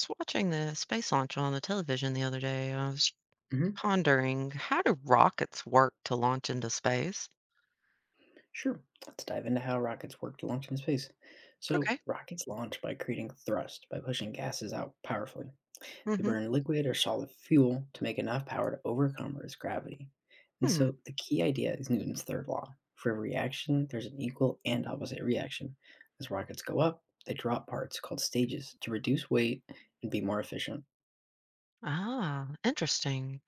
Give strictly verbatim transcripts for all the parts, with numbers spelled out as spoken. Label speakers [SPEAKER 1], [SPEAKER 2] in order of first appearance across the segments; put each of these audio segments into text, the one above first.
[SPEAKER 1] Was watching the space launch on the television the other day. I was
[SPEAKER 2] Hmm.
[SPEAKER 1] pondering, how do rockets work to launch into space?
[SPEAKER 2] Sure. Let's dive into how rockets work to launch in space. So,
[SPEAKER 1] Okay.
[SPEAKER 2] rockets launch by creating thrust by pushing gases out powerfully. They
[SPEAKER 1] Mm-hmm.
[SPEAKER 2] burn liquid or solid fuel to make enough power to overcome Earth's gravity. And
[SPEAKER 1] Hmm.
[SPEAKER 2] so, the key idea is Newton's third law. For every action, there's an equal and opposite reaction. As rockets go up, they drop parts called stages to reduce weight and be more efficient.
[SPEAKER 1] Ah, interesting.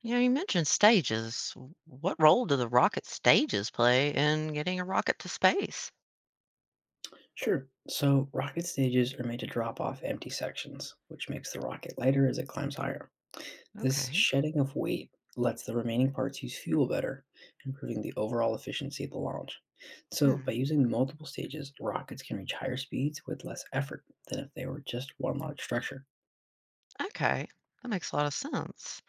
[SPEAKER 1] You know, you mentioned stages. W- What role do the rocket stages play in getting a rocket to space?
[SPEAKER 2] Sure. So, rocket stages are made to drop off empty sections, which makes the rocket lighter as it climbs higher. This
[SPEAKER 1] Okay.
[SPEAKER 2] shedding of weight lets the remaining parts use fuel better, improving the overall efficiency of the launch. So, by
[SPEAKER 1] Hmm.
[SPEAKER 2] using multiple stages, rockets can reach higher speeds with less effort than if they were just one large structure.
[SPEAKER 1] Okay. That makes a lot of sense.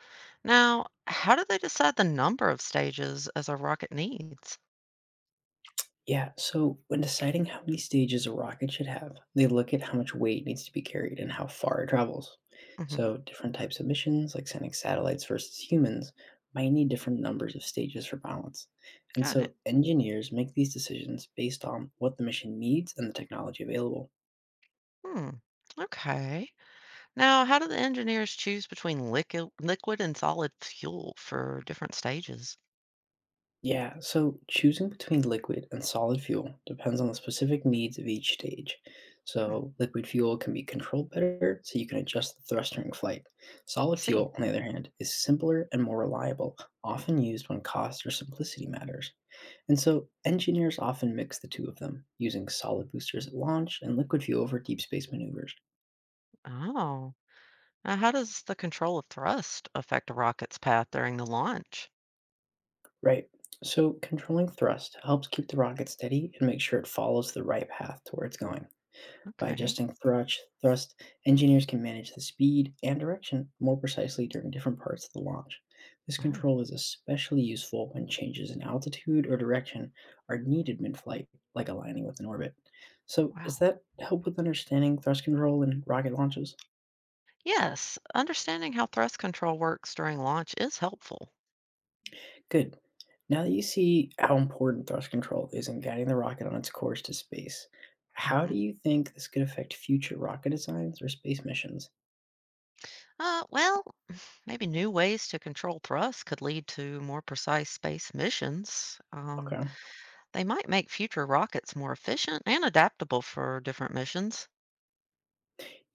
[SPEAKER 1] Now, how do they decide the number of stages as a rocket needs?
[SPEAKER 2] Yeah, so when deciding how many stages a rocket should have, they look at how much weight needs to be carried and how far it travels.
[SPEAKER 1] Mm-hmm.
[SPEAKER 2] So, different types of missions, like sending satellites versus humans, might need different numbers of stages for balance. And
[SPEAKER 1] Got it.
[SPEAKER 2] so, engineers make these decisions based on what the mission needs and the technology available.
[SPEAKER 1] Hmm. Okay. Now, how do the engineers choose between liquid, liquid and solid fuel for different stages?
[SPEAKER 2] Yeah, so choosing between liquid and solid fuel depends on the specific needs of each stage.
[SPEAKER 1] Hmm,
[SPEAKER 2] So, liquid fuel can be controlled better, so you can adjust the thrust during flight.
[SPEAKER 1] I
[SPEAKER 2] Solid
[SPEAKER 1] see.
[SPEAKER 2] fuel, on the other hand, is simpler and more reliable, often used when cost or simplicity matters. And so, engineers often mix the two of them, using solid boosters at launch and liquid fuel for deep space maneuvers.
[SPEAKER 1] Oh. Now, how does the control of thrust affect a rocket's path during the launch?
[SPEAKER 2] Right, so controlling thrust helps keep the rocket steady and make sure it follows the right path to where it's going. By
[SPEAKER 1] Okay.
[SPEAKER 2] adjusting thrust, thrust, engineers can manage the speed and direction more precisely during different parts of the launch. This
[SPEAKER 1] Oh,
[SPEAKER 2] control is especially useful when changes in altitude or direction are needed mid flight, like aligning with an orbit. So, does
[SPEAKER 1] wow.
[SPEAKER 2] that help with understanding thrust control in rocket launches?
[SPEAKER 1] Yes, understanding how thrust control works during launch is helpful.
[SPEAKER 2] Good. Now that you see how important thrust control is in guiding the rocket on its course to space, how
[SPEAKER 1] hmm
[SPEAKER 2] do you think this could affect future rocket designs or space missions?
[SPEAKER 1] Uh, well, maybe new ways to control thrust could lead to more precise space missions. Um,
[SPEAKER 2] Okay.
[SPEAKER 1] they might make future rockets more efficient and adaptable for different missions.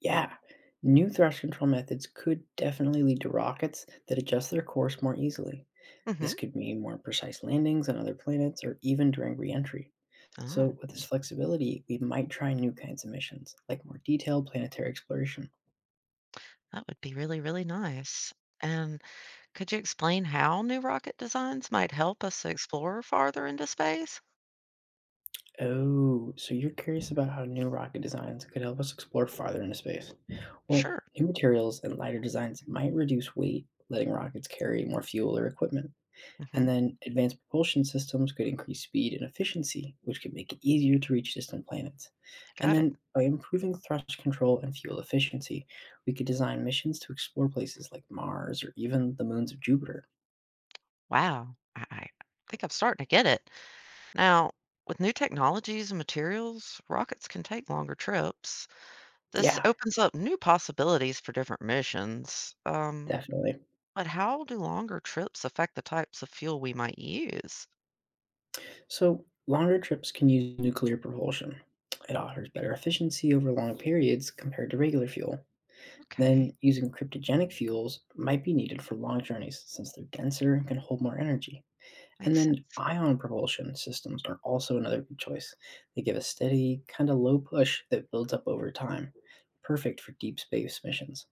[SPEAKER 2] Yeah. New thrust control methods could definitely lead to rockets that adjust their course more easily.
[SPEAKER 1] hmm
[SPEAKER 2] This could mean more precise landings on other planets or even during reentry.
[SPEAKER 1] Oh,
[SPEAKER 2] So, with this flexibility, we might try new kinds of missions, like more detailed planetary exploration.
[SPEAKER 1] that would be really, really nice. And could you explain how new rocket designs might help us to explore farther into space?
[SPEAKER 2] Oh, so you're curious about how new rocket designs could help us explore farther into space. Well,
[SPEAKER 1] Sure.
[SPEAKER 2] new materials and lighter designs might reduce weight, letting rockets carry more fuel or equipment. And
[SPEAKER 1] hmm
[SPEAKER 2] then advanced propulsion systems could increase speed and efficiency, which could make it easier to reach distant planets. And
[SPEAKER 1] Got it.
[SPEAKER 2] then by improving thrust control and fuel efficiency, we could design missions to explore places like Mars or even the moons of Jupiter.
[SPEAKER 1] Wow. I, I think I'm starting to get it. Now, with new technologies and materials, rockets can take longer trips. This
[SPEAKER 2] Yeah,
[SPEAKER 1] opens up new possibilities for different missions. Um,
[SPEAKER 2] definitely.
[SPEAKER 1] but how do longer trips affect the types of fuel we might use?
[SPEAKER 2] So longer trips can use nuclear propulsion. It offers better efficiency over long periods compared to regular fuel.
[SPEAKER 1] Okay,
[SPEAKER 2] Then using cryptogenic fuels might be needed for long journeys since they're denser and can hold more energy. And
[SPEAKER 1] makes
[SPEAKER 2] then
[SPEAKER 1] sense.
[SPEAKER 2] ion propulsion systems are also another good choice. They give a steady, kind of low push that builds up over time, perfect for deep space missions.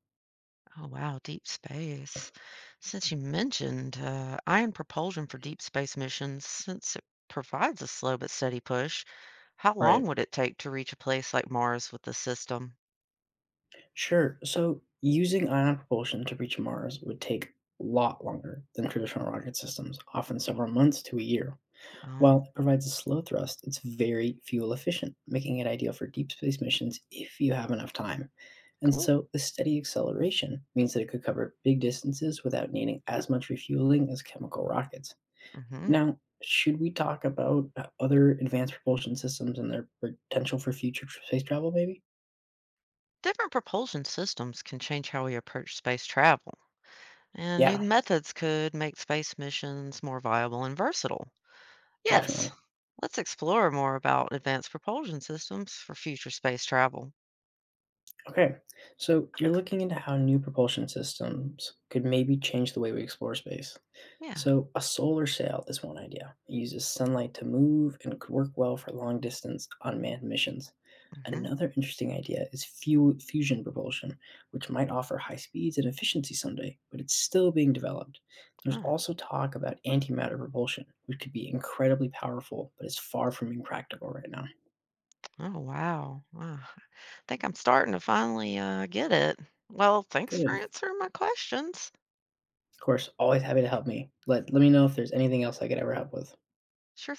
[SPEAKER 1] Oh, wow, deep space. Since you mentioned uh, ion propulsion for deep space missions, since it provides a slow but steady push, how long
[SPEAKER 2] Right.
[SPEAKER 1] would it take to reach a place like Mars with the system?
[SPEAKER 2] Sure. So using ion propulsion to reach Mars would take a lot longer than traditional rocket systems, often several months to a year.
[SPEAKER 1] Oh,
[SPEAKER 2] While it provides a slow thrust, it's very fuel efficient, making it ideal for deep space missions if you have enough time. And
[SPEAKER 1] cool.
[SPEAKER 2] so, the steady acceleration means that it could cover big distances without needing as much refueling as chemical rockets.
[SPEAKER 1] hmm
[SPEAKER 2] Now, should we talk about uh, other advanced propulsion systems and their potential for future tr- space travel, maybe?
[SPEAKER 1] Different propulsion systems can change how we approach space travel, and new
[SPEAKER 2] Yeah,
[SPEAKER 1] methods could make space missions more viable and versatile. Yes,
[SPEAKER 2] definitely.
[SPEAKER 1] let's explore more about advanced propulsion systems for future space travel.
[SPEAKER 2] Okay, so you're looking into how new propulsion systems could maybe change the way we explore space.
[SPEAKER 1] Yeah.
[SPEAKER 2] So, a solar sail is one idea. It uses sunlight to move and could work well for long distance unmanned missions.
[SPEAKER 1] hmm
[SPEAKER 2] Another interesting idea is fu- fusion propulsion, which might offer high speeds and efficiency someday, but it's still being developed. There's
[SPEAKER 1] Huh.
[SPEAKER 2] also talk about antimatter propulsion, which could be incredibly powerful, but is far from being practical right now.
[SPEAKER 1] Oh, wow. Wow. I think I'm starting to finally uh, get it. Well, thanks for
[SPEAKER 2] Good.
[SPEAKER 1] answering my questions.
[SPEAKER 2] Of course, always happy to help me. Let, let me know if there's anything else I could ever help with.
[SPEAKER 1] Sure